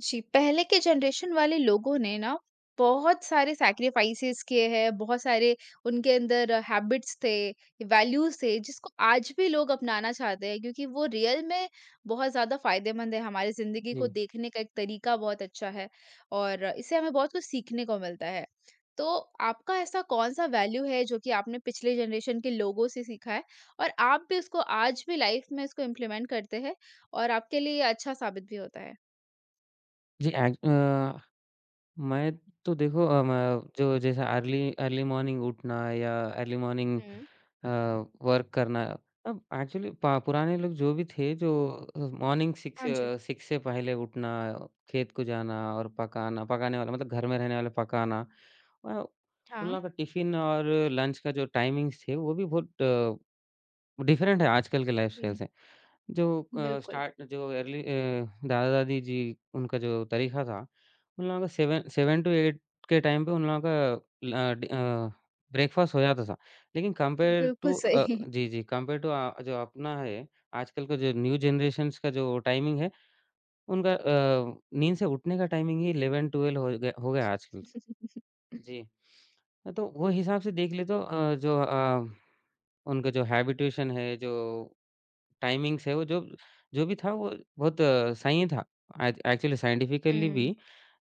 जी, पहले के जनरेशन वाले लोगों ने ना बहुत सारे सैक्रिफाइसेस किए हैं, बहुत सारे उनके अंदर हैबिट्स थे, वैल्यूज थे जिसको आज भी लोग अपनाना चाहते हैं क्योंकि वो रियल में बहुत ज़्यादा फायदेमंद है, हमारी ज़िंदगी को जी, देखने का एक तरीका बहुत अच्छा है और इससे हमें बहुत कुछ सीखने को मिलता है। तो आपका ऐसा कौन-सा वैल्यू है जो कि आपने पिछले जनरेशन के लोगों से सीखा है और आप भी उसको आज भी लाइफ में इसको इम्प्लीमेंट करते हैं और आपके लिए ये अच्छा साबित भी होता जी, मैं तो देखो अ, मैं जो जैसा अर्ली अर्ली मॉर्निंग उठना या अर्ली मॉर्निंग है? अ, वर्क करना। अब एक्चुअली पा पुराने लोग जो भी थे जो मॉर्निंग हाँ जी। 6 से पहले उठना, खेत को जाना और पकाना पकाने वाला मतलब घर में रहने वाले पकाना। अ, उन हाँ। लोगों का टिफ़िन और लंच का जो टाइमिंग्स थे वो भी बहुत डिफरेंट है आजकल के लाइफ़स्टाइल हुँ, से। जो बिल्कुल, स्टार्ट जो दादा-दादी जी उनका जो तरीका था, उन लोगों का 7 टू 8 के टाइम पे उन लोगों का ब्रेकफ़ास्ट हो जाता था। लेकिन बिल्कुल सही। कंपेयर टू जो अपना है, आजकल का जो न्यू जनरेशन्स का जो टाइमिंग है, उनका नींद से उठने का टाइमिंग ही 11-12 हो गया आजकल तो। जी। तो वो हिसाब से देख ले तो उनका जो हैबिटेशन है, जो टाइमिंग्स है वो जो जो भी था वो बहुत सही था। एच एक्चुअली साइंटिफिकली भी हुँ,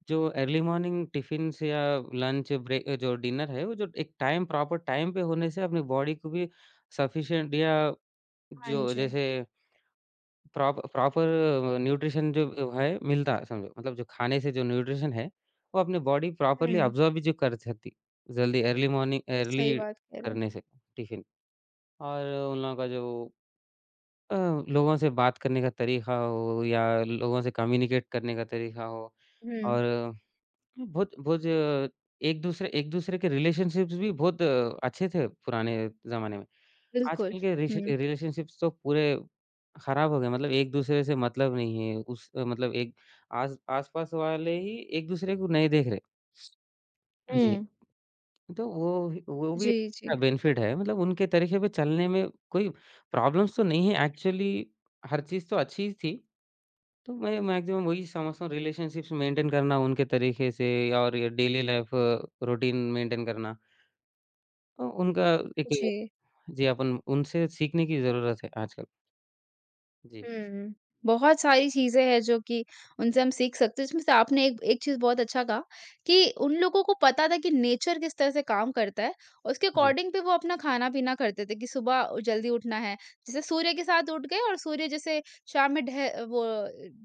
जो अर्ली मॉर्निंग टिफ़िन्स या लंच ब्रेक जो डिनर है, वो जो एक टाइम प्रॉपर टाइम पे होने से अपनी बॉडी को भी सफिशिएंट या हाँ जो जी। जैसे प्रॉपर न्यूट्रिशन जो है मिलता है समझो। मतलब जो खाने से जो न्यूट्रिशन है, वो अपनी बॉडी प्रॉपरली हुँ, अब्ज़ॉर्ब भी जो कर सकती, जल्दी अर्ली मॉर्निंग अर्ली सही बात कह रहे हैं। करने से टिफ़िन। और उन लोगों का जो अ, लोगों से बात करने का तरीका हो या लोगों से कम्युनिकेट करने का तरीका हो हुँ, और बहुत बहुत एक-दूसरे एक-दूसरे के रिलेशनशिप्स भी बहुत अच्छे थे पुराने ज़माने में। बिल्कुल। आजकल के रिश हुँ। रिलेशनशिप्स तो पूरे खराब हो गए मतलब एक-दूसरे से मतलब नहीं है। मतलब एक आस आस-पास वाले ही एक-दूसरे को नहीं देख रहे। जी। हुँ। तो वो ही वो भी जी, जी, बेनिफिट है मतलब उनके तरीके पे चलने में कोई प्रॉब्लम्स तो नहीं है एक्चुअली हर चीज़ तो अच्छी ही थी। तो मैं मैक्सिमम वही समझता हूँ रिलेशनशिप्स मेंटेन करना उनके तरीके से और ये डेली लाइफ़ रूटीन मेंटेन करना। तो उनका एक जी। जी, अपन उनसे सीखने की ज़रूरत है आजकल। जी, हुँ। बहुत सारी चीज़ें हैं जो कि उनसे हम सीख सकते हैं। इसमें से आपने एक एक चीज़ बहुत अच्छा कहा कि उन लोगों को पता था कि नेचर किस तरह से काम करता है, और उसके जी, अकॉर्डिंग भी वो अपना खाना-पीना करते थे कि सुबह जल्दी उठना है। जैसे सूर्य के साथ उठ गए और सूर्य जैसे शाम में ढह वो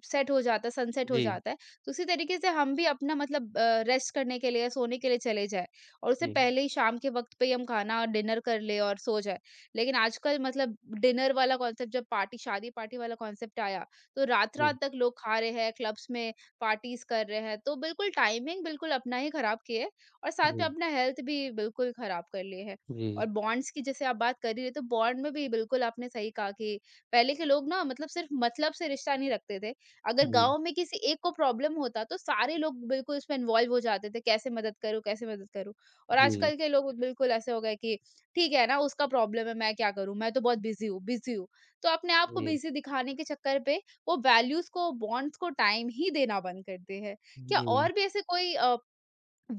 सेट हो जाता है, सनसेट हो जी, जाता है, तो उसी तरीके से हम भी अपना मतलब रेस्ट करने के लिए, सोने के लिए चले जाएँ और उससे जी, पहले ही शाम के वक़्त पे ही हम खाना और डिनर कर लें और सो जाएँ। लेकिन आजकल मतलब डिनर वाला कॉन्सेप्ट जब पार्टी शादी पार्टी वाला कॉन्सेप्ट आया तो रात रात जी, तक लोग खा रहे हैं क्लब्स में पार्टीज कर रहे हैं तो बिल्कुल टाइमिंग बिल्कुल अपना ही खराब किए और साथ में जी, अपना हेल्थ भी बिल्कुल खराब कर लिए है और जी, बॉन्ड्स की जैसे आप बात कर रही है तो बॉन्ड में भी बिल्कुल आपने सही कहा कि पहले के लोग ना मतलब सिर्फ मतलब से रिश्ता नहीं रखते थे अगर जी, गांव में किसी एक को प्रॉब्लम होता तो सारे लोग बिल्कुल उसमें इन्वॉल्व हो जाते थे कैसे मदद करूँ और जी, आजकल के लोग बिल्कुल ऐसे हो गए कि ठीक है ना, उसका प्रॉब्लम है, मैं क्या करूँ? मैं तो बहुत बिज़ी हूँ बिज़ी हूँ। तो अपने आप को जी, जी, बिज़ी दिखाने के चक्कर पे वो वैल्यूज़ को, बॉन्ड्स को टाइम ही देना बंद करते हैं। क्या जी। और भी ऐसे कोई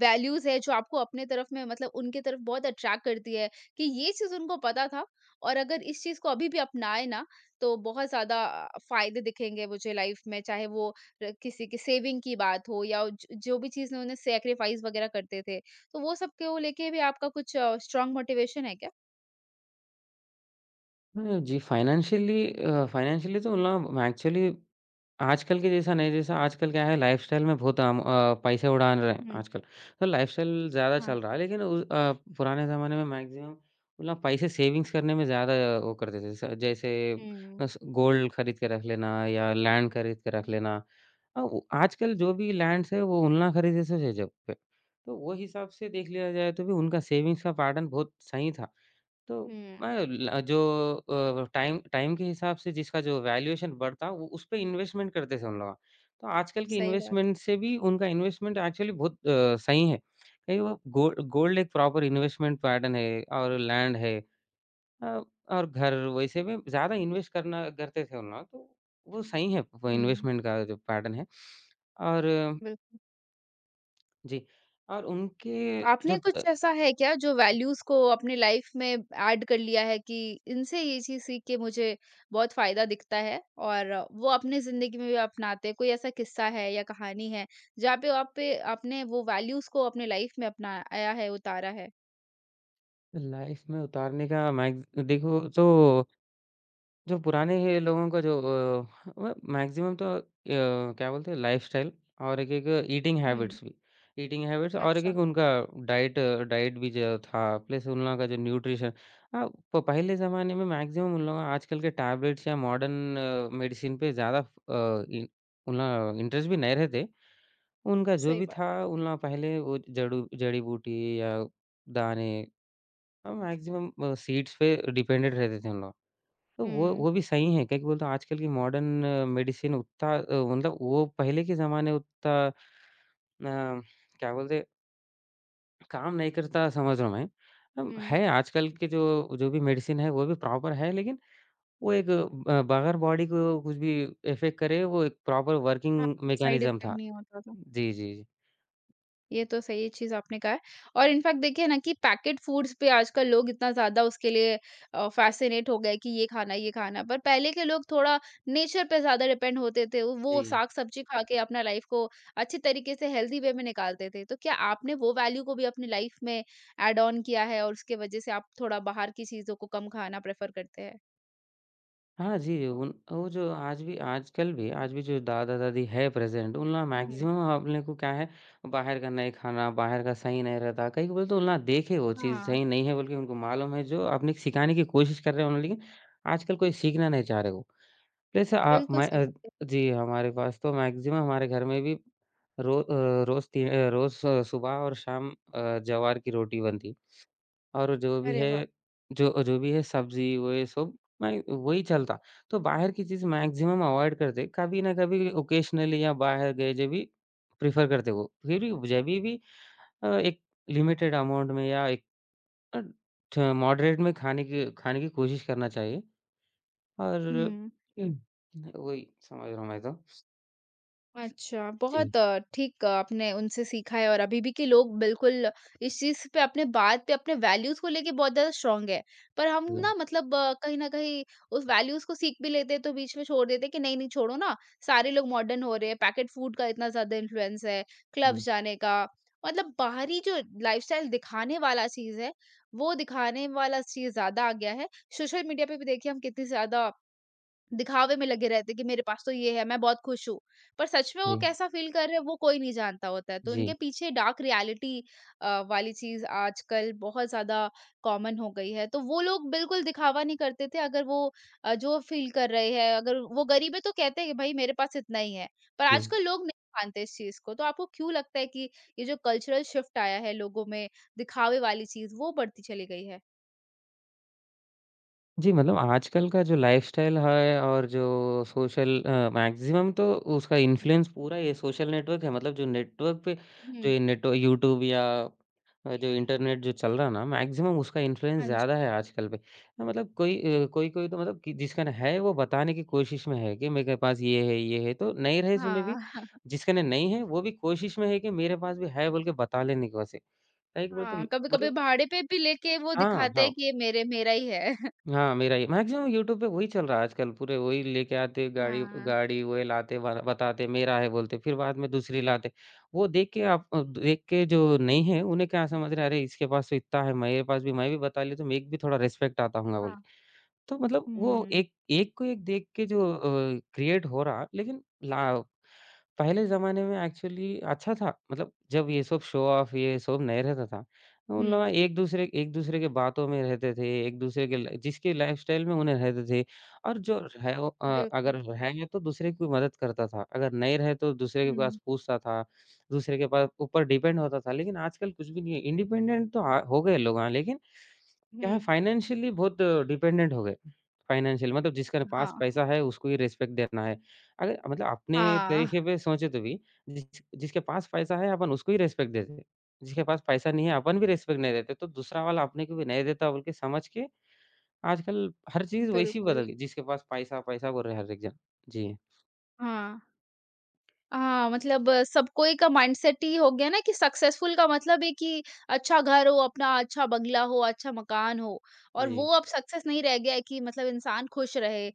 वैल्यूज़ है जो आपको अपने तरफ में मतलब उनके तरफ बहुत अट्रैक्ट करती है कि ये चीज़ उनको पता था और अगर इस चीज़ को अभी भी अपनाएँ ना, तो बहुत ज़्यादा फ़ायदे दिखेंगे मुझे लाइफ़ में, चाहे वो र किसी की सेविंग की बात हो या ज जो भी चीज़ उन्होंने सैक्रिफ़ाइस वगैरह करते थे। तो वो सब को लेके भी आपका कुछ स्ट्रॉन्ग मोटिवेशन है क्या? हुँ, जी फाइनेंशियली फाइनेंशियली तो मतलब एक्चुअली आजकल के जैसा नहीं, जैसा आजकल क्या है लाइफ़स्टाइल में बहुत हम पैसे उड़ा रहे हैं हुँ, आजकल। तो लाइफ़स्टाइल ज़्यादा हाँ। चल रहा है लेकिन पुराने ज़माने में मैक्सिमम मतलब पैसे सेविंग्स करने में ज़्यादा वो करते थे। स जैसे हुँ, बस गोल्ड खरीद के रख लेना या लैंड खरीद के रख लेना। वो आजकल जो भी लैंड्स है वो उन्ना खरीदे से है जब पे। तो वो हिसाब से देख लिया जाए तो भी उनका सेविंग्स का पैटर्न बहुत सही था। तो हुँ, मैं ल जो टाइम टाइम के हिसाब से जिसका जो वैल्यूएशन बढ़ता, वो उसपे इन्वेस्टमेंट करते थे उन लोग। तो आजकल के सही बात है। इन्वेस्टमेंट से भी उनका इन्वेस्टमेंट एक्चुअली बहुत सही है। कहीं वो गो गोल्ड एक प्रॉपर इन्वेस्टमेंट पैटर्न है और लैंड है, अ, और घर वैसे में ज़्यादा इन्वेस्ट करना करते थे उन लोग, तो वो सही है वो हुँ, इन्वेस्टमेंट का जो पैटर्न है। और बिल्कुल। जी, और उनके जो आपने कुछ ऐसा है क्या जो वैल्यूज़ को अपने लाइफ़ में ऐड कर लिया है कि इनसे ये चीज़ सीख के मुझे बहुत फ़ायदा दिखता है और वो अपनी ज़िंदगी में भी अपनाते हैं? कोई ऐसा किस्सा है या कहानी है जहाँ पे आप पे आपने वो वैल्यूज़ को अपने लाइफ़ में अपनाया है, उतारा है? लाइफ में उतारने का मैं देखो तो जो पुराने ये लोगों का जो अ, व मैक्सिमम तो क्या बोलते हैं लाइफ़स्टाइल और एक-एक ईटिंग हुँ, हैबिट्स भी। ईटिंग हैबिट्स और अच्छा, एक-एक उनका डाइट डाइट भी जो था प्लस उन लोगों का जो न्यूट्रिशन। हाँ, प पहले ज़माने में मैक्सिमम उन लोगों का आजकल के टैबलेट्स या मॉडर्न मेडिसिन पे ज़्यादा अ, इन उन लोग इंटरेस्ट भी नहीं रहते। उनका जो सही भी बात। था उन लोग पहले वो जड़ू जड़ी-बूटी या दाने मैक्सिमम सीड्स पे डिपेंडेंट रहते थे उन लोग। तो हुँ, वो भी सही है, क्या बोलते हैं आजकल की मॉडर्न मेडिसिन उतना मतलब वो पहले के ज़माने उतना अ, क्या बोलते काम नहीं करता समझ रहा हूँ मैं। हुँ। है आजकल के जो जो भी मेडिसिन है वो भी प्रॉपर है लेकिन वो एक ब बगैर बॉडी को कुछ भी इफ़ेक्ट करे वो एक प्रॉपर हाँ, वर्किंग साइड मैकेनिज़्म इफ़ेक्ट था। नहीं होता था। जी, जी, ये तो सही चीज़ आपने कहा है और इनफैक्ट देखिए ना कि पैकेट फूड्स पे आजकल लोग इतना ज़्यादा उसके लिए फ़ैसिनेट हो गए कि ये खाना है, ये खाना है। पर पहले के लोग थोड़ा नेचर पे ज़्यादा डिपेंड होते थे। वो जी। साग-सब्ज़ी खा के अपना लाइफ़ को अच्छे तरीके से हेल्दी वे में निकालते थे। तो क्या आपने वो वैल्यू को भी अपनी लाइफ़ में ऐड ऑन किया है और उसके वज़ह से आप थोड़ा बाहर की चीज़ों को कम खाना प्रेफ़र करते हैं? हाँ जी, उन वो जो आज भी आजकल भी आज भी जो दादा-दादी है प्रेज़ेंट, उन लोग हुँ। मैक्सिमम अपने को क्या है, बाहर का नहीं खाना, बाहर का सही नहीं रहता। कई बोले तो उन लोग देखे वो चीज़ हाँ, सही नहीं है बोल के उनको मालूम है जो अपने को सिखाने की कोशिश कर रहे हैं उन्होंने, लेकिन आजकल कोई सीखना नहीं चाह रहे वो। जैसे बिल्कुल सही बात है। जी, हमारे पास तो मैक्सिमम हमारे घर में भी रो अ, रोज़ ती अ, रोज़ सुबह और शाम ज्वार की रोटी बनती। और जो भी अरे है वाह! जो जो भी है सब्ज़ी वो ये सब मैं वही चलता। तो बाहर की चीज़ मैक्सिमम अवॉइड करते। कभी ना कभी ओकेशनली या बाहर गए जब भी प्रेफ़र करते वो। फिर भी जभी भी, अ, एक लिमिटेड अमाउंट में या एक अ, ठ मॉडरेट में खाने की कोशिश करना चाहिए और हुँ। वही समझ रहा हूँ मैं तो। अच्छा, जी, बहुत ठीक आपने उनसे सीखा है और अभी भी कि लोग बिल्कुल इस चीज़ पे अपने बात पे अपने वैल्यूज़ को लेके बहुत ज़्यादा स्ट्रॉन्ग है। पर हम जी, ना मतलब कहीं न कहीं उस वैल्यूज़ को सीख भी लेते हैं तो बीच में छोड़ देते हैं कि नहीं, नहीं छोड़ो ना, सारे लोग मॉडर्न हो रहे हैं, पैकेट फूड का इतना ज़्यादा इन्फ्लुएंस है, क्लब्स जाने का, मतलब बाहरी जो लाइफ़स्टाइल दिखाने वाला चीज़ है, वो दिखाने वाला चीज़ ज़्यादा आ गया है। सोशल मीडिया पे भी देखिए हम कितनी ज़्यादा दिखावे में लगे रहते हैं कि मेरे पास तो ये है, मैं बहुत खुश हूँ। पर सच में जी, वो कैसा फ़ील कर रहे हैं वो कोई नहीं जानता होता है। तो उनके जी, पीछे डार्क रियलिटी वाली चीज़ आजकल बहुत ज़्यादा कॉमन हो गई है। तो वो लोग बिल्कुल दिखावा नहीं करते थे अगर वो जो फ़ील कर रहे हैं अगर वो गरीब है तो कहते हैं कि भाई मेरे पास इतना ही है। पर जी। आजकल लोग नहीं मानते इस चीज़ को। तो आपको क्यों लगता है कि ये जो कल्चरल शिफ्ट आया है लोगों में दिखावे वाली चीज़ वो बढ़ती चली गई है? जी, मतलब आजकल का जो लाइफ़स्टाइल है और जो सोशल मैक्सिमम तो उसका इन्फ्लुएंस पूरा ये सोशल नेटवर्क है। मतलब जो नेटवर्क पे जो हुँ। ये नेटव यूट्यूब या जो इंटरनेट जो चल रहा है ना मैक्सिमम उसका इन्फ्लुएंस हाँ जी। ज़्यादा है आजकल पे। मतलब कोई कोई-कोई तो मतलब कि जिसका ना है वो बताने की कोशिश में है कि मेरे पास ये है, ये है। तो नहीं रहे सुने भी हाँ। जिसका ना नहीं है वो भी कोशिश में है कि मेरे पास भी है बोल के बता लेने की वैसे। लाइक बोलते हाँ, कभी-कभी मतलब भाड़े पे भी लेके वो हाँ, दिखाते हाँ। हैं कि ये मेरे मेरा ही है। हाँ, मेरा ही मैक्सिमम यूट्यूब पे वही चल रहा है आजकल, पूरे वही लेके आते गाड़ी हाँ, गाड़ी वो लाते ब बताते मेरा है बोलते, फिर बाद में दूसरी लाते। वो देख के देख के जो नहीं है उन्हें क्या समझ रहे हैं, अरे इसके पास तो इतना है, मेरे पास भी मैं भी बता लिया तो मैं एक भी थोड़ा रिस्पेक्ट आता होगा बोल हाँ। के। तो मतलब वो हुँ, एक एक को एक देख के जो क्रिएट हो रहा लेकिन ला पहले ज़माने में एक्चुअली अच्छा था मतलब जब ये सब शो ऑफ ये सब नहीं रहता था, तो उन हुँ, लोग एक दूसरे के बातों में रहते थे, एक दूसरे के ल जिसके लाइफ़स्टाइल में उन्हें रहते थे और जो है वो बिल्कुल। अगर है तो दूसरे की मदद करता था, अगर नहीं रहे तो दूसरे के हुँ, पास पूछता था, दूसरे के पास ऊपर डिपेंड होता था। लेकिन आजकल कुछ भी नहीं है, इंडिपेंडेंट तो आ हो गए लोग हाँ, लेकिन क्या है हुँ। फाइनेंशियली बहुत डिपेंडेंट हो गए। फाइनेंशियल मतलब जिसके हाँ, पास पैसा है उसको ही रिस्पेक्ट देना है। अगर मतलब अपने हाँ, तरीके पे सोचे तो भी जिसके पास पैसा है अपन उसको ही रिस्पेक्ट देते हैं। जिसके पास पैसा नहीं है अपन भी रिस्पेक्ट नहीं देते तो दूसरा वाला अपने को भी नहीं देता बोल के समझ के आजकल हर चीज़ वैसी बिल्कुल, बदल गई। जिसके पास पैसा, पैसा बोल रहे हैं हर एक जन। जी। हाँ। हाँ, मतलब सब कोई का माइंडसेट ही हो गया ना कि सक्सेसफुल का मतलब है कि अच्छा घर हो, अपना अच्छा बंगला हो, अच्छा मकान हो और जी। वो अब सक्सेस नहीं रह गया है कि मतलब इंसान खुश रहे,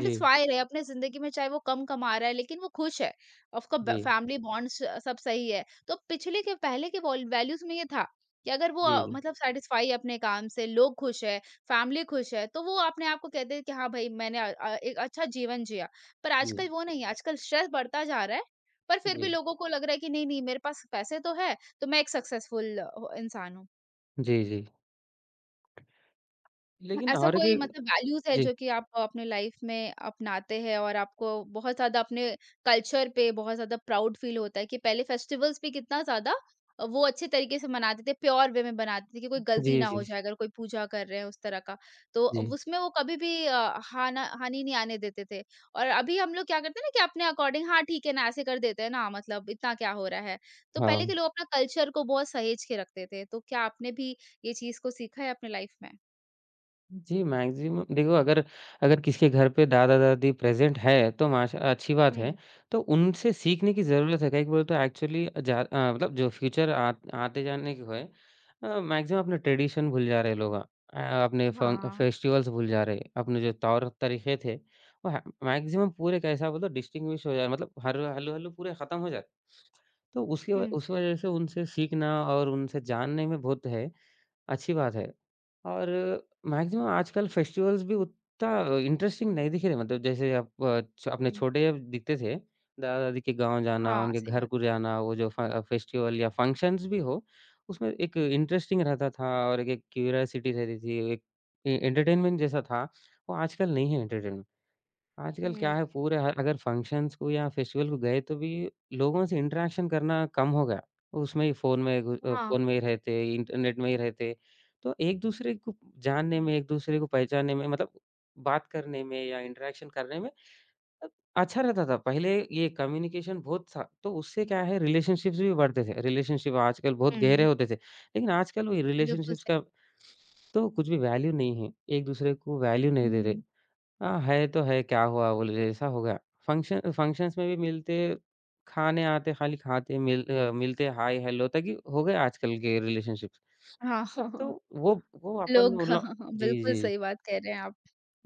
जी। रहे अपने ज़िंदगी में चाहे वो कम कमा रहा है लेकिन वो खुश है। उसका जी। ब फैमिली बॉन्ड्स सब सही है। तो पिछले के पहले के वॉल वैल्यूज़ में ये था कि अगर वो जी, जी। मतलब सैटिस्फाई है अपने काम से, लोग खुश है, फैमिली खुश है, तो वो अपने आप को कहते हैं कि हाँ भाई मैंने एक अच्छा जीवन जिया। पर जी। आजकल वो नहीं है, आजकल स्ट्रेस बढ़ता जा रहा है। पर फिर भी जी। लोगों को लग रहा है कि नहीं-नहीं मेरे पास पैसे तो है, तो मैं एक सक्सेसफुल इंसान हूँ। जी, जी। लेकिन ऐसा और कोई एक मतलब वैल्यूज़ है जी। जो कि आप अपने लाइफ में अपनाते हैं और आपको बहुत ज़्यादा अपने कल्चर पे बहुत ज़्यादा प्राउड फील होता है कि पहले फेस्टिवल्स भी कितना ज़्यादा वो अच्छे तरीके से मनाते थे, प्योर वे में बनाते थे कि कोई गलती जी, ना जी। हो जाए अगर कोई पूजा कर रहे हैं उस तरह का। तो जी। उसमें वो कभी भी हाना हानि नहीं आने देते थे। और अभी हम लोग क्या करते हैं ना कि अपने अकॉर्डिंग हाँ, ठीक है ना, ऐसे कर देते हैं ना मतलब इतना क्या हो रहा है। तो पहले के हाँ। लोग अपना कल्चर को बहुत सहेज के रखते थे। तो क्या आपने भी ये चीज़ को सीखा है अपने लाइफ में? जी, मैक्सिमम देखो अगर अगर किसी के घर पे दादा-दादी प्रेज़ेंट है, तो माशा अच्छी बात है। तो उनसे सीखने की ज़रूरत है, कई बार तो एक्चुअली मतलब जो फ्यूचर आ आते जाने को है मैक्सिमम अपने ट्रेडिशन भूल जा रहे हैं लोग अपने फ़ं हाँ। फेस्टिवल्स भूल जा रहे हैं, अपने जो तौर-तरीके थे, वो ह मैक्सिमम पूरे कैसा बोलो डिस्टिंग्विश हो जाए मतलब हर हल्लू-हल्लू पूरे खत्म हो जाए। तो उसकी व हुँ, उस वजह से उनसे सीखना और उनसे जानने में बहुत है। अच्छी बात है। और मैक्सिमम आजकल फेस्टिवल्स भी उतना इंटरेस्टिंग नहीं दिख रहे मतलब जैसे आप अ, छ अपने हुँ। छोटे जब दिखते थे, दादा-दादी के गाँव जाना, हाँ, उनके सही घर बात को है। जाना, वो जो फ फेस्टिवल या फंक्शंस भी हो, उसमें एक इंटरेस्टिंग रहता था और एक एक क्यूरियोसिटी रहती थी, एक ए एंटरटेनमेंट जैसा था, वो आजकल नहीं है एंटरटेनमेंट। आजकल क्या हुँ, है पूरे हर अगर फंक्शंस को या फेस्टिवल को गए तो भी लोगों से इंटरेक्शन करना कम हो गया। उसमें ही हाँ, फ़ोन में ही रहते, इंटरनेट में ही रहते। तो एक-दूसरे को जानने में, एक-दूसरे को पहचानने में मतलब बात करने में या इंटरेक्शन करने में अ, अच्छा रहता था। पहले ये कम्युनिकेशन बहुत था, तो उससे क्या है रिलेशनशिप्स भी बढ़ते थे। रिलेशनशिप आजकल बहुत गहरे हुँ। होते थे। लेकिन आजकल वही बिल्कुल रिलेशनशिप्स सही का तो कुछ भी वैल्यू नहीं है। एक-दूसरे को वैल्यू नहीं दे रहे। हुँ, हाँ, है तो है, क्या हुआ बोले ऐसा हो गया। फंक्शन फंक्शंस में भी मिलते, खाने आते, खाली खाते, मिलते हाय हेलो तक ही हो गए आजकल के रिलेशनशिप्स। हाँ। तो वो वो अपन लोग हाँ, उला हाँ, हाँ, जी, बिल्कुल जी। सही बात कह रहे हैं आप।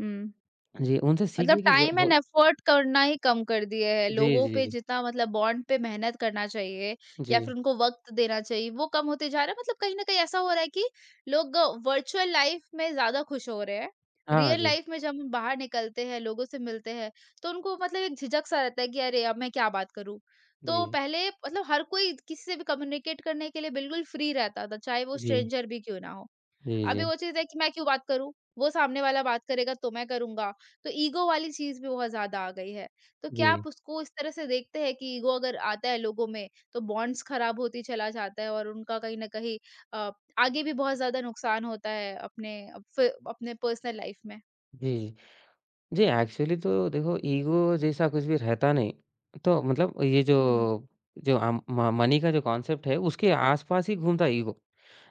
हुँ। जी, जी उनसे मतलब सीखने की ज टाइम वो एंड एफर्ट करना ही कम कर दिए हैं। जी, लोगों जी, पे जी। जितना मतलब बॉन्ड पे मेहनत करना चाहिए जी। या फिर उनको वक़्त देना चाहिए, वो कम होते जा रहा है। मतलब कहीं न कहीं ऐसा हो रहा है कि लोग वर्चुअल लाइफ़ में ज़्यादा खुश हो रहे हैं। हाँ, रियल जी। लाइफ़ में जब हम बाहर निकलते हैं, लोगों से मिलते हैं, तो उनको मतलब एक झिझक-सा रहता है कि अरे! अब मैं क्या बात करूँ? तो जी। पहले मतलब हर कोई किसी से भी कम्युनिकेट करने के लिए बिल्कुल फ्री रहता था, चाहे वो जी। स्ट्रेंजर भी क्यों ना हो। जी, अभी जी। वो चीज़ है कि मैं क्यों बात करूँ? वो सामने वाला बात करेगा तो मैं करूँगा। तो ईगो वाली चीज़ भी बहुत ज़्यादा आ गई है। तो क्या आप जी। उसको इस तरह से देखते हैं कि ईगो अगर आता है लोगों में तो बॉन्ड्स खराब होती चला जाता है और उनका कहीं न कहीं अ, आगे भी बहुत ज़्यादा नुकसान होता है अपने फ अपने पर्सनल लाइफ में? जी। जी, एक्चुअली तो देखो ईगो जैसा कुछ भी रहता नहीं। तो मतलब ये जो हुँ, जो अम, म मनी का जो कॉन्सेप्ट है उसके आस-पास ही घूमता है ईगो।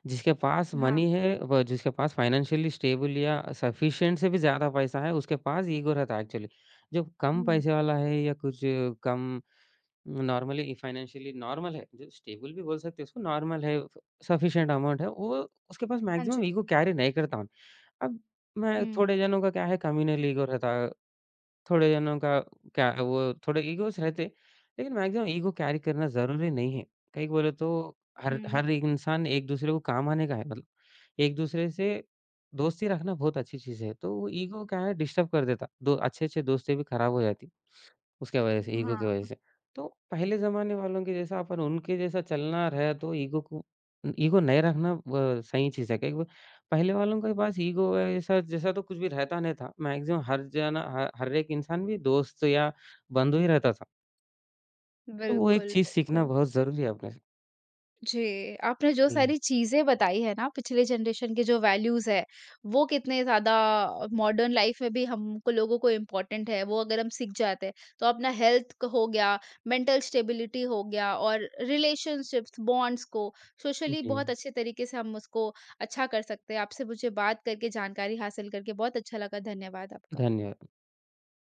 जिसके पास हाँ। मनी है व जिसके पास फाइनेंशियली स्टेबल या सफिशिएंट से भी ज़्यादा पैसा है, उसके पास ईगो रहता है एक्चुअली। जो कम हुँ, पैसे वाला है या कुछ कम नॉर्मली फाइनेंशियली नॉर्मल है, जो स्टेबल भी बोल सकते हैं उसको, नॉर्मल है, सफिशिएंट अमाउंट है, वो उसके पास हाँ जी। मैक्सिमम ईगो कैरी नहीं करता हूँ। अब मैं हुँ, थोड़े जनों का क्या है कम्युनल ईगो रहता है थोड़े जनों का क्या वो थोड़े ईगोज़ रहते, लेकिन मैक्सिमम ईगो कैरी करना ज़रूरी नहीं है। कहीं बोले तो हर हुँ। हर एक इंसान एक-दूसरे को काम आने का है मतलब एक-दूसरे से दोस्ती रखना बहुत अच्छी चीज़ है, तो वो ईगो क्या है डिस्टर्ब कर देता, दो अच्छे-अच्छे दोस्ती भी खराब हो जाती। उसके वजह से हुँ, ईगो की हाँ, वजह से। तो पहले ज़माने वालों के जैसा अपन उनके जैसा चलना रहे तो ईगो को ईगो नहीं रखना ब सही चीज़ है। कई ब पहले वालों के पास ईगो ऐसा जैसा तो कुछ भी रहता नहीं था। मैक्सिमम हर जना ह हर एक इंसान भी दोस्त या बंधु ही रहता था। तो वो एक बिल्कुल, चीज़ सीखना बिल्कुल। बहुत ज़रूरी है अपने से। जी, आपने जो हुँ, जी। सारी चीज़ें बताई है ना पिछले जनरेशन के जो वैल्यूज़ है, वो कितने ज़्यादा मॉडर्न लाइफ में भी हमको लोगों को इम्पोर्टेंट है, वो अगर हम सीख जाते हैं, तो अपना हेल्थ क हो गया, मेंटल स्टेबिलिटी हो गया और रिलेशनशिप्स, बॉन्ड्स को सोशली जी, बहुत अच्छे तरीके से हम उसको अच्छा कर सकते हैं। आपसे मुझे बात करके जानकारी हासिल करके बहुत अच्छा लगा। धन्यवाद आपका। धन्यवाद।